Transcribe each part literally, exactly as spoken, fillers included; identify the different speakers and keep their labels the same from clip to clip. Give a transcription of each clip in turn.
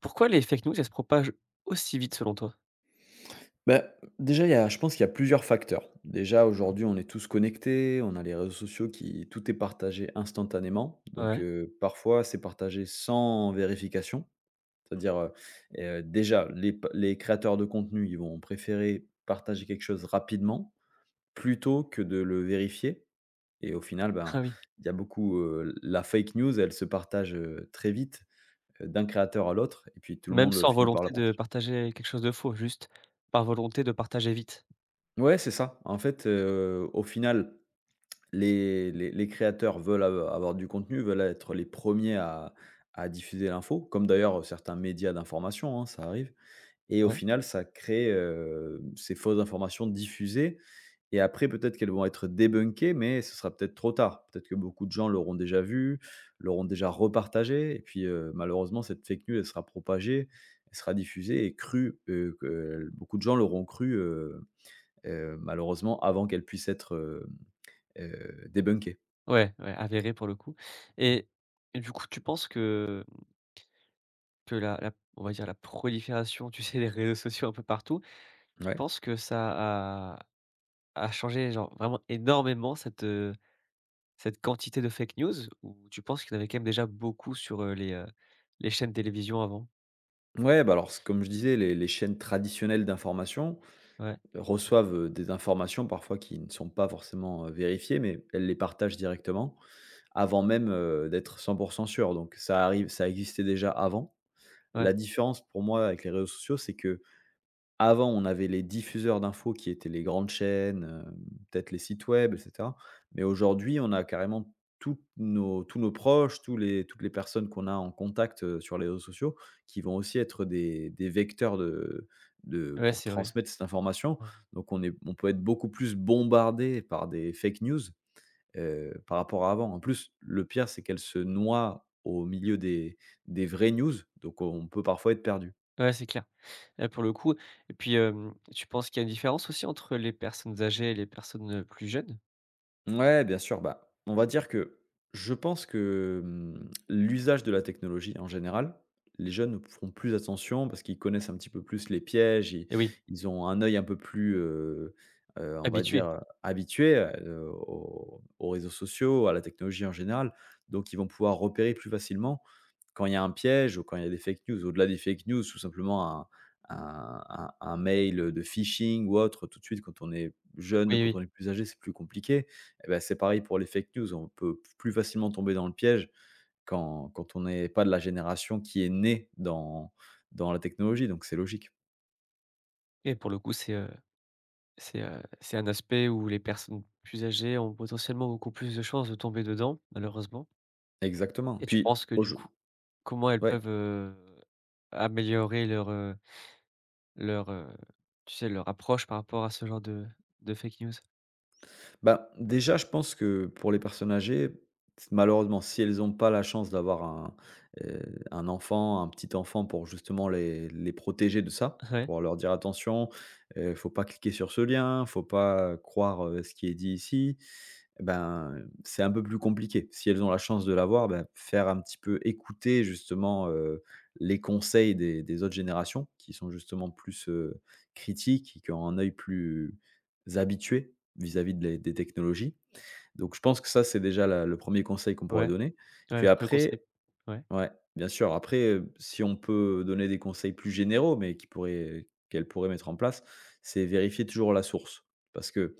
Speaker 1: Pourquoi les fake news, elles se propagent aussi vite selon toi?
Speaker 2: Bah, déjà, il y a je pense qu'il y a plusieurs facteurs. Déjà, aujourd'hui, on est tous connectés, on a les réseaux sociaux qui tout est partagé instantanément. Donc,
Speaker 1: Ouais.
Speaker 2: heu, parfois, c'est partagé sans vérification. C'est-à-dire, heu et euh, déjà, les p les créateurs de contenu, ils vont préférer partager quelque chose rapidement, plutôt que de le vérifier et au final, ben,
Speaker 1: Ah oui.
Speaker 2: il y a beaucoup, heu, la fake news, elle se partage, heu, très vite, heu, d'un créateur à l'autre et puis tout le
Speaker 1: Même
Speaker 2: monde, heu,
Speaker 1: sans
Speaker 2: finit par
Speaker 1: volonté
Speaker 2: la
Speaker 1: de
Speaker 2: partager.
Speaker 1: partager quelque chose de faux, juste par volonté de partager vite?
Speaker 2: Ouais, c'est ça. En fait, heu, au final, les les les créateurs veulent av avoir du contenu, veulent être les premiers à à diffuser l'info, comme d'ailleurs certains médias d'information, hein, ça arrive et au
Speaker 1: Ouais.
Speaker 2: final, ça crée, heu, ces fausses informations diffusées. Et après peut-être qu'elles vont être débunkées, mais ce sera peut-être trop tard. Peut-être que beaucoup de gens l'auront déjà vu, l'auront déjà repartagé et puis, heu, malheureusement cette fake news, elle sera propagée, elle sera diffusée et crue, heu, que euh, beaucoup de gens l'auront crue, heu heu, malheureusement avant qu'elle puisse être, hem, heu, débunkée.
Speaker 1: Ouais, ouais, avéré pour le coup et et du coup, tu penses que que la la on va dire la prolifération, tu sais, les réseaux sociaux un peu partout, tu
Speaker 2: Ouais.
Speaker 1: penses que ça a a changé genre vraiment énormément cette, heu, cette quantité de fake news? Ou tu penses qu'il y en avait quand même déjà beaucoup sur, heu, les, heu, les chaînes télévision avant?
Speaker 2: Ouais, bah, alors c comme je disais, les les chaînes traditionnelles d'information
Speaker 1: Ouais,
Speaker 2: euh, reçoivent, heu, des informations parfois qui ne sont pas forcément, heu, vérifiées, mais elles les partagent directement avant même, heu, d'être cent pour cent sûres. Donc ça arrive. Ça existait déjà avant.
Speaker 1: ouais,
Speaker 2: La différence pour moi avec les réseaux sociaux, c'est que Avant, on avait les diffuseurs d'infos qui étaient les grandes chaînes, heu, peut-être les sites web et cetera. Mais aujourd'hui, on a carrément toutes nos tous nos proches, tous les toutes les personnes qu'on a en contact, heu, sur les réseaux sociaux, qui vont aussi être des des vecteurs de de
Speaker 1: ouais,
Speaker 2: pour
Speaker 1: c'est vrai.
Speaker 2: transmettre cette information.
Speaker 1: Mmh.
Speaker 2: Donc on est on peut être beaucoup plus bombardé par des fake news, heu, par rapport à avant. En plus, le pire, c'est qu'elles se noient au milieu des des vraies news, donc on peut parfois être perdu.
Speaker 1: Ouais, c'est clair. Là, pour le coup et puis, hem, tu penses qu'il y a une différence aussi entre les personnes âgées et les personnes, heu, plus jeunes?
Speaker 2: Ouais, bien sûr. Bah, on va dire que je pense que, hum, l'usage de la technologie en général, les jeunes ne feront plus attention parce qu'ils connaissent un petit peu plus les pièges. ils,
Speaker 1: Eh oui,
Speaker 2: ils ont un œil un peu plus, euh, euh, on va
Speaker 1: habituées.
Speaker 2: dire, habitué euh, aux, aux, réseaux sociaux, à la technologie en général. Donc, ils vont pouvoir repérer plus facilement quand il y a un piège ou quand il y a des fake news. Au-delà des fake news, tout simplement un, un, un- un mail de phishing ou autre, tout de suite, quand on est jeune,
Speaker 1: Oui,
Speaker 2: quand
Speaker 1: oui
Speaker 2: on est plus âgé, c'est plus compliqué. Eh bah, c'est pareil pour les fake news. On peut plus facilement tomber dans le piège quand quand on n'est pas de la génération qui est née dans dans la technologie, donc c'est logique.
Speaker 1: et pour le coup, c'est, heu, c'est, heu, c'est un aspect où les personnes plus âgées ont potentiellement beaucoup plus de chances de tomber dedans, malheureusement
Speaker 2: Exactement.
Speaker 1: et tu
Speaker 2: Puis
Speaker 1: penses que du
Speaker 2: aujour
Speaker 1: coup, comment elles
Speaker 2: Ouais.
Speaker 1: peuvent, heu, améliorer leur, heu, leur, heu, tu sais, leur approche par rapport à ce genre de de fake news?
Speaker 2: Bah, déjà, je pense que pour les personnes âgées, malheureusement, si elles n'ont pas la chance d'avoir un, heu, un enfant, un petit enfant pour justement les les protéger de ça,
Speaker 1: Ouais,
Speaker 2: pour leur dire: «Attention, heu, faut pas cliquer sur ce lien, faut pas croire, heu, ce qui est dit ici». Eh ben, c'est un peu plus compliqué. Si elles ont la chance de l'avoir, bah, faire un petit peu écouter justement, heu, les conseils des des autres générations qui sont justement plus, heu, critiques et qui ont un œil plus habitué vis-à-vis de les des technologies. Donc je pense que ça, c'est déjà la le premier conseil qu'on pourrait
Speaker 1: ouais,
Speaker 2: donner.
Speaker 1: ouais,
Speaker 2: Puis
Speaker 1: le préconcept.
Speaker 2: après,
Speaker 1: Ouais,
Speaker 2: ouais, bien sûr. Après, heu, si on peut donner des conseils plus généraux mais qui pourraient qu'elles pourraient mettre en place, c'est vérifier toujours la source. Parce que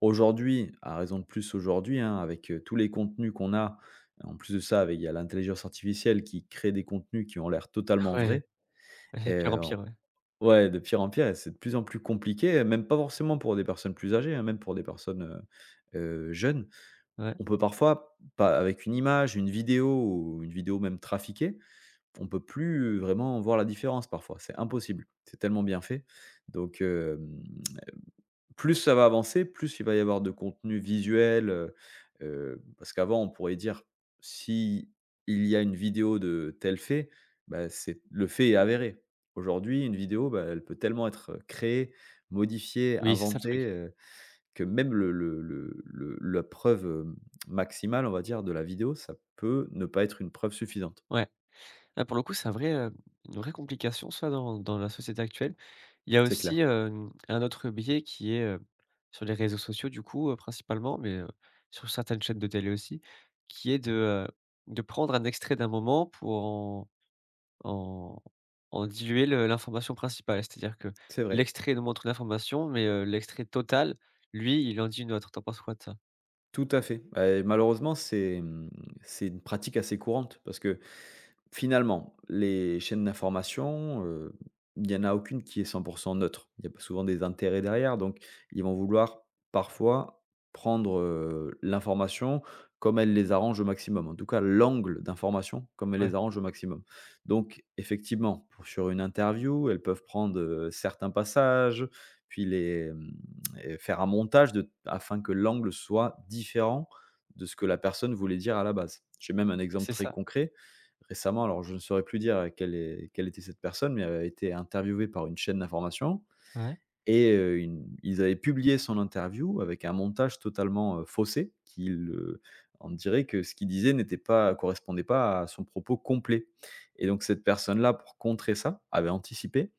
Speaker 2: Aujourd'hui, à raison de plus aujourd'hui, hein, avec, heu, tous les contenus qu'on a, en plus de ça, avec il y a l'intelligence artificielle qui crée des contenus qui ont l'air totalement
Speaker 1: ouais,
Speaker 2: vrais et
Speaker 1: c'est pire en
Speaker 2: heu,
Speaker 1: pire, ouais,
Speaker 2: ouais, de pire en pire, et c'est de plus en plus compliqué, même pas forcément pour des personnes plus âgées, hein, même pour des personnes, heu heu, jeunes.
Speaker 1: ouais.
Speaker 2: On peut parfois, pas avec une image, une vidéo ou une vidéo même trafiquée, on peut plus vraiment voir la différence parfois, c'est impossible. C'est tellement bien fait. Donc, hem plus ça va avancer, plus il va y avoir de contenu visuel, heu heu, parce qu'avant on pourrait dire: si il y a une vidéo de tel fait, bah, c'est le fait est avéré». Aujourd'hui, une vidéo, bah, elle peut tellement être créée, modifiée,
Speaker 1: Oui, c'est ça le
Speaker 2: inventée,
Speaker 1: truc.
Speaker 2: heu, que même le le le le la preuve, heu, maximale, on va dire, de la vidéo, ça peut ne pas être une preuve suffisante.
Speaker 1: Ouais. Ah, pour le coup, c'est un vrai, heu, une vraie complication ça dans dans la société actuelle. Il y a
Speaker 2: C'est clair.
Speaker 1: aussi, hem, un autre biais qui est, heu, sur les réseaux sociaux du coup, heu, principalement, mais, heu, sur certaines chaînes de télé aussi, qui est de, heu, de prendre un extrait d'un moment pour en en en diluer le l'information principale. C'est-à-dire que
Speaker 2: C'est vrai.
Speaker 1: l'extrait nous montre une information, mais, heu, l'extrait total, lui, il en dit une autre. T'en penses quoi de ça?
Speaker 2: Tout à fait. Bah, malheureusement, c'est, mmh, c'est une pratique assez courante parce que, finalement, les chaînes d'information, heu, il y en a aucune qui est cent pour cent neutre. Il y a pas souvent des intérêts derrière, donc ils vont vouloir parfois prendre, heu, l'information comme elle les arrange au maximum. En tout cas, l'angle d'information comme elle
Speaker 1: Ouais,
Speaker 2: les arrange au maximum. Donc effectivement, pour sur une interview, elles peuvent prendre, heu, certains passages, puis les, mmh, et faire un montage de afin que l'angle soit différent de ce que la personne voulait dire à la base. J'ai même un exemple
Speaker 1: c'est
Speaker 2: très
Speaker 1: ça.
Speaker 2: concret. Récemment, alors je ne saurais plus dire, heu, quelle est quelle était cette personne, mais elle a été interviewée par une chaîne d'information
Speaker 1: Ouais.
Speaker 2: et heu, une ils avaient publié son interview avec un montage totalement, heu, faussé, qui le on dirait que ce qu'il disait n'était pas correspondait pas à son propos complet. Et donc cette personne-là, pour contrer ça, avait anticipé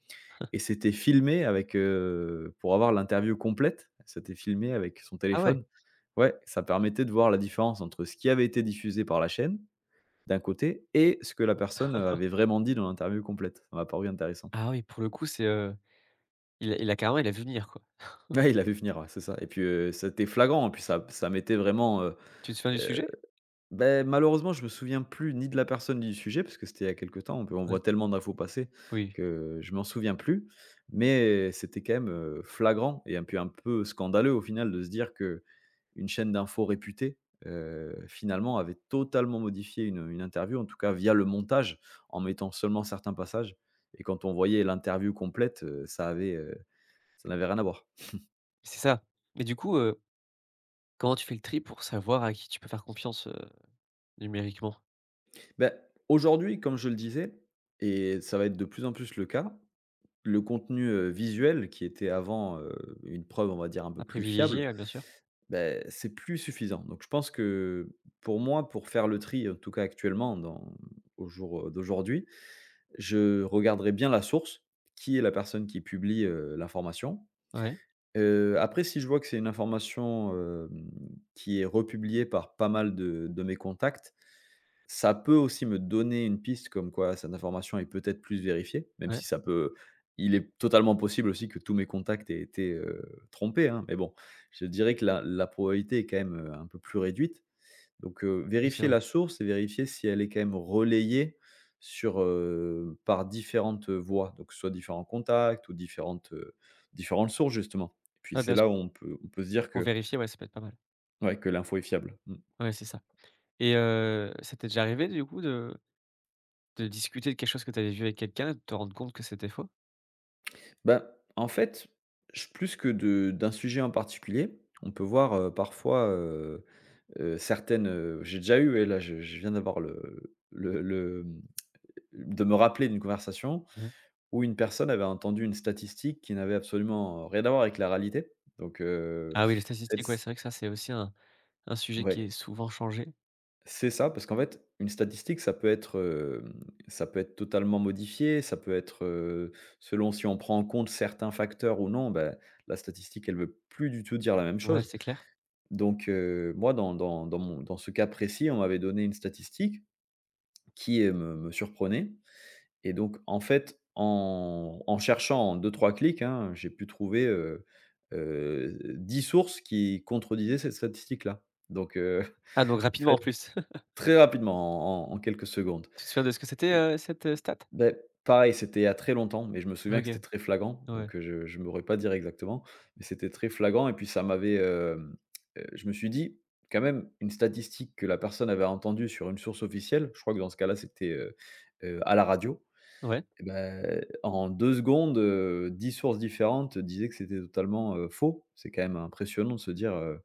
Speaker 2: et s'était filmée avec, heu pour avoir l'interview complète, elle s'était filmée avec son
Speaker 1: Ah ouais?
Speaker 2: téléphone. Ouais, ça permettait de voir la différence entre ce qui avait été diffusé par la chaîne d'un côté et ce que la personne, euh, avait vraiment dit dans l'interview complète. Ça m'a paru intéressant.
Speaker 1: Ah oui, pour le coup, c'est, heu, il a il a carrément il a vu venir quoi.
Speaker 2: Ouais, il l'a vu venir, ouais, c'est ça. Et puis, heu, c'était flagrant. Et puis ça ça mettait vraiment, heu
Speaker 1: Tu te souviens du
Speaker 2: heu,
Speaker 1: sujet?
Speaker 2: beh, malheureusement, je me souviens plus ni de la personne ni du sujet parce que c'était il y a quelque temps. On peut on
Speaker 1: Ouais.
Speaker 2: voit tellement d'infos passer
Speaker 1: Oui,
Speaker 2: que je m'en souviens plus, mais c'était quand même, heu, flagrant et un puis un peu scandaleux au final de se dire que une chaîne d'infos réputée, heu, finalement avait totalement modifié une, une interview, en tout cas via le montage, en mettant seulement certains passages, et quand on voyait l'interview complète, heu, ça avait, heu, ça n'avait rien à voir.
Speaker 1: c'est ça. Mais du coup, heu, comment tu fais le tri pour savoir à qui tu peux faire confiance, heu, numériquement?
Speaker 2: Bah, aujourd'hui, comme je le disais, et ça va être de plus en plus le cas, le contenu, heu, visuel qui était avant, heu, une preuve, on va dire, un peu
Speaker 1: À
Speaker 2: plus fiable,
Speaker 1: privilégier, ouais, bien sûr.
Speaker 2: beh, c'est plus suffisant. Donc je pense que, pour moi, pour faire le tri, en tout cas actuellement dans au jour, heu, d'aujourd'hui, je regarderai bien la source, qui est la personne qui publie, heu, l'information.
Speaker 1: Ouais,
Speaker 2: Heu, après, si je vois que c'est une information, hem, qui est republiée par pas mal de de mes contacts, ça peut aussi me donner une piste comme quoi cette information est peut-être plus vérifiée, même
Speaker 1: ouais,
Speaker 2: si ça peut il est totalement possible aussi que tous mes contacts aient été, heu, trompés, hein. Mais bon, je dirais que la la probabilité est quand même, heu, un peu plus réduite. Donc, heu,
Speaker 1: oui, c'est
Speaker 2: vérifier
Speaker 1: vrai.
Speaker 2: la source et vérifier si elle est quand même relayée sur, heu, par différentes voies, donc que ce soit différents contacts ou différentes, heu, différentes sources justement. Et puis
Speaker 1: Ouais,
Speaker 2: c'est
Speaker 1: bien
Speaker 2: là
Speaker 1: sûr,
Speaker 2: où on peut on peut se dire
Speaker 1: pour
Speaker 2: que,
Speaker 1: vérifier, ouais, ça peut être pas mal.
Speaker 2: ouais, que l'info est fiable. Mmh.
Speaker 1: Ouais, c'est ça. Et heu, ça t'est déjà arrivé du coup de de discuter de quelque chose que tu avais vu avec quelqu'un et de te rendre compte que c'était faux?
Speaker 2: Bah, en fait, je plus que de d'un sujet en particulier, on peut voir, heu, parfois, heu heu, certaines, heu j'ai déjà eu et là je je viens d'avoir le le le, mmh, de me rappeler d'une conversation
Speaker 1: Ouais.
Speaker 2: où une personne avait entendu une statistique qui n'avait absolument rien à voir avec la réalité. Donc, heu,
Speaker 1: Ah oui, les
Speaker 2: cette
Speaker 1: statistiques, ouais,
Speaker 2: s
Speaker 1: c'est vrai que ça, c'est aussi un un sujet qui
Speaker 2: ouais,
Speaker 1: est souvent changé.
Speaker 2: c'est ça, parce qu'en fait, une statistique, ça peut être, hem, ça peut être totalement modifié, ça peut être, heu, selon si on prend en compte certains facteurs ou non, ben, la statistique, elle veut plus du tout dire la même
Speaker 1: Ouais,
Speaker 2: chose.
Speaker 1: c'est clair.
Speaker 2: Donc, heu, moi, dans dans dans mon dans ce cas précis, on m'avait donné une statistique qui, heu, me me surprenait. Et donc, en fait, en en cherchant en deux trois clics, hein, j'ai pu trouver, heu heu, dix sources qui contredisaient cette statistique-là. Donc, heu,
Speaker 1: Ah donc
Speaker 2: en
Speaker 1: rapidement en
Speaker 2: fait,
Speaker 1: plus.
Speaker 2: très rapidement, en en en quelques secondes.
Speaker 1: Tu te souviens de ce que c'était,
Speaker 2: Et
Speaker 1: heu, cette, heu, stat?
Speaker 2: beh, pareil, c'était il y a très longtemps, mais je me souviens
Speaker 1: OK,
Speaker 2: que c'était très flagrant,
Speaker 1: ouais,
Speaker 2: donc, heu, je je m'aurais pas dire exactement, mais c'était très flagrant et puis ça m'avait, hem, heu, je me suis dit: «Quand même, une statistique que la personne avait entendue sur une source officielle», je crois que dans ce cas-là, c'était, heu heu, à la radio,
Speaker 1: ouais,
Speaker 2: et beh, en deux secondes, heu, dix sources différentes disaient que c'était totalement, heu, faux. C'est quand même impressionnant de se dire, heu,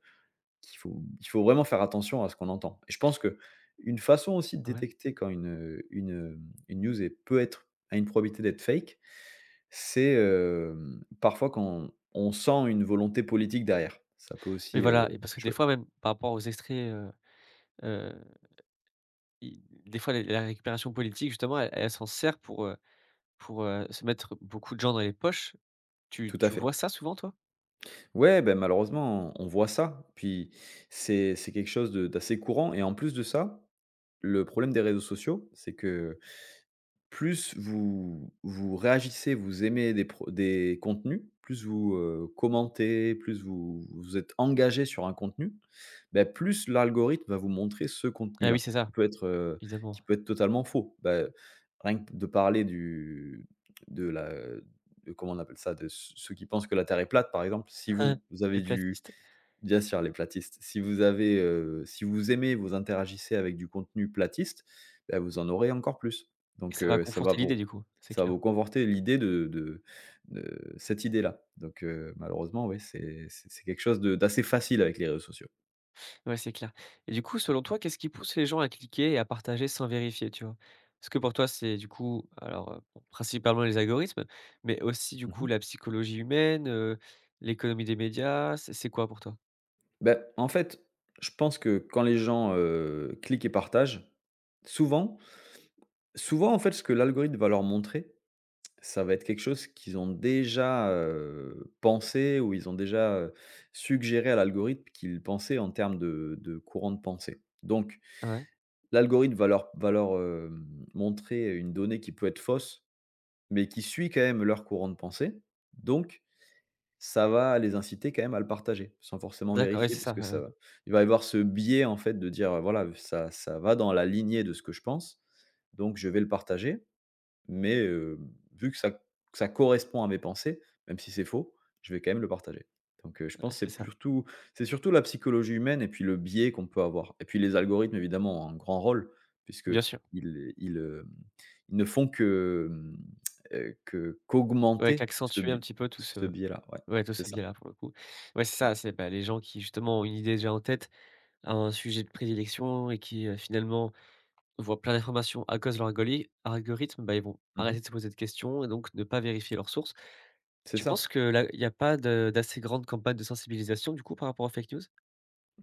Speaker 2: qu'il faut il faut vraiment faire attention à ce qu'on entend. Et je pense que une façon aussi de
Speaker 1: ouais.
Speaker 2: détecter quand une, une, une news est peut être à une probabilité d'être fake, c'est, hem, parfois quand on sent une volonté politique derrière. Ça peut
Speaker 1: Mais
Speaker 2: aussi,
Speaker 1: voilà et
Speaker 2: heu,
Speaker 1: parce que des
Speaker 2: jouer.
Speaker 1: fois même par rapport aux extraits, heu heu, i des fois la la récupération politique justement elle elle s'en sert pour, heu pour, heu, se mettre beaucoup de gens dans les poches. Tu
Speaker 2: Tout à
Speaker 1: tu vois
Speaker 2: fait.
Speaker 1: ça souvent toi?
Speaker 2: Ouais, ben malheureusement, on on voit ça. Puis c'est c'est quelque chose de d'assez courant et en plus de ça, le problème des réseaux sociaux, c'est que plus vous vous réagissez, vous aimez des pro des contenus, plus vous, heu, commentez, plus vous vous êtes engagé sur un contenu, bah, plus l'algorithme va vous montrer ce
Speaker 1: Ah oui,
Speaker 2: contenu-là,
Speaker 1: c'est
Speaker 2: qui
Speaker 1: ça,
Speaker 2: peut être, heu,
Speaker 1: évidemment.
Speaker 2: qui peut être totalement faux. Bah, rien que de parler du de la de comment on appelle ça? De ceux qui pensent que la terre est plate, par exemple. Si vous vous
Speaker 1: Les
Speaker 2: avez du…
Speaker 1: platistes
Speaker 2: Bien sûr, les platistes. Si vous avez, heu, si vous aimez, vous interagissez avec du contenu platiste, bah, vous en aurez encore plus.
Speaker 1: et
Speaker 2: Donc
Speaker 1: ça va
Speaker 2: heu, ça va
Speaker 1: conforter l'idée
Speaker 2: vous
Speaker 1: du coup, c'est
Speaker 2: Ça va
Speaker 1: clair.
Speaker 2: vous conforter l'idée de de de cette idée-là. Donc heu, malheureusement, oui, c'est c'est c'est quelque chose de d'assez facile avec les réseaux sociaux.
Speaker 1: Ouais, c'est clair. Et du coup, selon toi, qu'est-ce qui pousse les gens à cliquer et à partager sans vérifier, tu vois? Est-ce que pour toi, c'est du coup, alors, heu, bon, principalement les algorithmes, mais aussi du
Speaker 2: Mmh
Speaker 1: coup
Speaker 2: mh.
Speaker 1: la psychologie humaine, heu, l'économie des médias, c'est c'est quoi pour toi?
Speaker 2: Bah, en fait, je pense que quand les gens, heu, cliquent et partagent, souvent souvent, en fait, ce que l'algorithme va leur montrer, ça va être quelque chose qu'ils ont déjà, heu, pensé ou ils ont déjà, heu, suggéré à l'algorithme qu'ils pensaient en termes de de courant de pensée. Donc
Speaker 1: Ouais,
Speaker 2: l'algorithme va leur va leur, hem, montrer une donnée qui peut être fausse, mais qui suit quand même leur courant de pensée. Donc ça va les inciter quand même à le partager, sans forcément
Speaker 1: d'accord, ouais,
Speaker 2: vérifier
Speaker 1: c'est ça,
Speaker 2: puisque
Speaker 1: ouais,
Speaker 2: ça
Speaker 1: ouais.
Speaker 2: va… il va y avoir ce biais en fait de dire, heu: «Voilà, ça ça va dans la lignée de ce que je pense, donc je vais le partager». Mais heu, vu que ça que ça correspond à mes pensées, même si c'est faux, je vais quand même le partager. Donc heu, je
Speaker 1: Ouais,
Speaker 2: pense que
Speaker 1: c'est
Speaker 2: c'est
Speaker 1: ça,
Speaker 2: surtout… c'est surtout la psychologie humaine et puis le biais qu'on peut avoir. Et puis les algorithmes évidemment ont un grand rôle puisque
Speaker 1: bien sûr.
Speaker 2: ils, hem, ils ne font que, hem, que
Speaker 1: Ouais,
Speaker 2: qu'augmenter ce
Speaker 1: qu'accentuer un
Speaker 2: bi
Speaker 1: petit peu tout
Speaker 2: ce
Speaker 1: ce
Speaker 2: biais-là, ouais,
Speaker 1: ouais, tout
Speaker 2: c'est
Speaker 1: ce
Speaker 2: ça.
Speaker 1: biais-là, pour le coup. Ouais, c'est ça, c'est, bah, les gens qui justement ont une idée déjà en tête, un sujet de prédilection et qui, heu, finalement voient plein d'informations à cause de leur algoli algorithme, bah, ils vont
Speaker 2: Mmh.
Speaker 1: arrêter de se poser de questions et donc ne pas vérifier leurs sources.
Speaker 2: C'est
Speaker 1: Tu penses
Speaker 2: ça.
Speaker 1: que là, il y a pas de d'assez grande campagne de sensibilisation du coup par rapport aux fake news?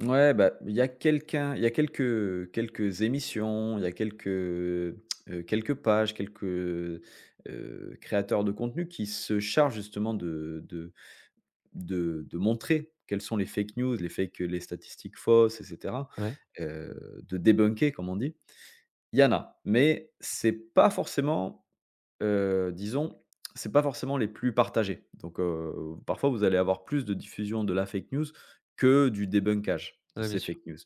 Speaker 2: Ouais, bah, il y a quelqu'un il y a quelques quelques émissions, il y a quelques, heu, quelques pages, quelques, heu, créateurs de contenu qui se chargent justement de de de de montrer quelles sont les fake news, les fakes, les statistiques fausses et cetera,
Speaker 1: Ouais,
Speaker 2: heu, de débunker comme on dit. Il y en a, mais c'est pas forcément… Heu, disons, c'est pas forcément les plus partagés. Donc, heu, parfois vous allez avoir plus de diffusion de la fake news que du débunkage de
Speaker 1: ouais, bien
Speaker 2: ces
Speaker 1: sûr.
Speaker 2: fake news.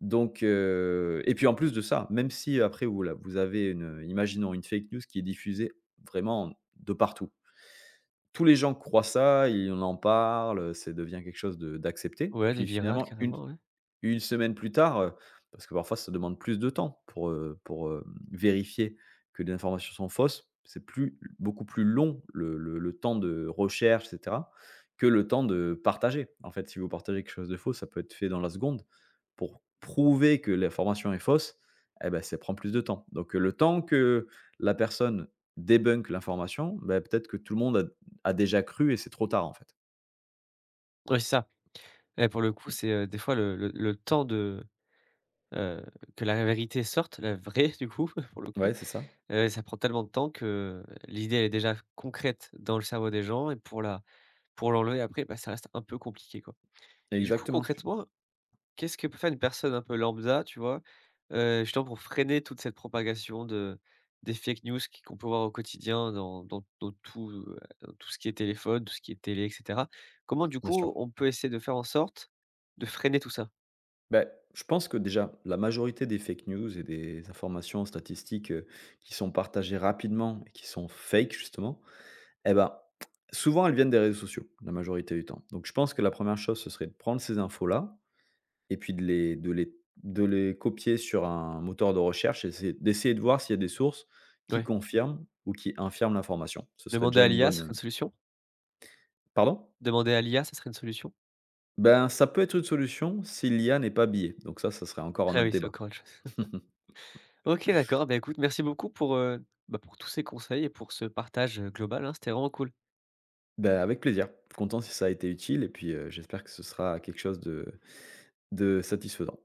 Speaker 2: Donc, heu et puis en plus de ça, même si après vous la vous avez une… imaginons une fake news qui est diffusée vraiment de partout. Tous les gens croient ça, ils en parlent, ça devient quelque chose de d'accepté.
Speaker 1: Ouais, des
Speaker 2: Puis
Speaker 1: virales
Speaker 2: finalement une
Speaker 1: carrément, ouais.
Speaker 2: une semaine plus tard, heu, parce que parfois ça demande plus de temps pour, heu, pour, hem, vérifier que les informations sont fausses. C'est plus beaucoup plus long le le le temps de recherche et cetera, que le temps de partager. En fait, si vous partagez quelque chose de faux, ça peut être fait dans la seconde. Pour prouver que l'information est fausse, eh ben, ça prend plus de temps. Donc, heu, le temps que la personne débunk l'information, ben, peut-être que tout le monde a a déjà cru et c'est trop tard, en fait.
Speaker 1: Ouais, c'est ça. Et pour le coup, c'est, heu, des fois le le le temps de, heu, que la vérité sorte, la vraie du coup, pour le coup,
Speaker 2: Ouais, c'est ça.
Speaker 1: heu, ça prend tellement de temps que l'idée elle est déjà concrète dans le cerveau des gens et pour la pour l'enlever après, bah, ça reste un peu compliqué, quoi. Et du coup
Speaker 2: Exactement,
Speaker 1: concrètement, qu'est-ce que peut faire une personne un peu lambda, tu vois? Heu, justement pour freiner toute cette propagation de des fake news qui qu'on peut voir au quotidien dans dans dans tout, heu, dans tout ce qui est téléphone, tout ce qui est télé et cetera. Comment du
Speaker 2: bien
Speaker 1: coup
Speaker 2: sûr.
Speaker 1: on peut essayer de faire en sorte de freiner tout ça?
Speaker 2: Ben, je pense que déjà, la majorité des fake news et des informations statistiques, heu, qui sont partagées rapidement et qui sont fake justement, eh ben, souvent elles viennent des réseaux sociaux, la majorité du temps. Donc je pense que la première chose, ce serait de prendre ces infos-là et puis de les de les de les copier sur un moteur de recherche et essayer d'essayer de voir s'il y a des sources qui
Speaker 1: Ouais.
Speaker 2: confirment ou qui infirment l'information. Ce serait
Speaker 1: Demander
Speaker 2: déjà
Speaker 1: à
Speaker 2: une
Speaker 1: l'I A, ce serait
Speaker 2: bonne…
Speaker 1: une solution?
Speaker 2: pardon?
Speaker 1: Demander à l'I A, ça serait une solution?
Speaker 2: Ben, ça peut être une solution si l'I A n'est pas biaisée, donc ça, ça serait encore un
Speaker 1: Ah
Speaker 2: autre
Speaker 1: oui, c'est
Speaker 2: débat.
Speaker 1: encore autre chose. OK d'accord, bah, écoute merci beaucoup pour, heu, bah, pour tous ces conseils et pour ce partage, heu, global, hein, c'était vraiment cool.
Speaker 2: Ben avec plaisir. Content si ça a été utile et puis, heu, j'espère que ce sera quelque chose de de satisfaisant.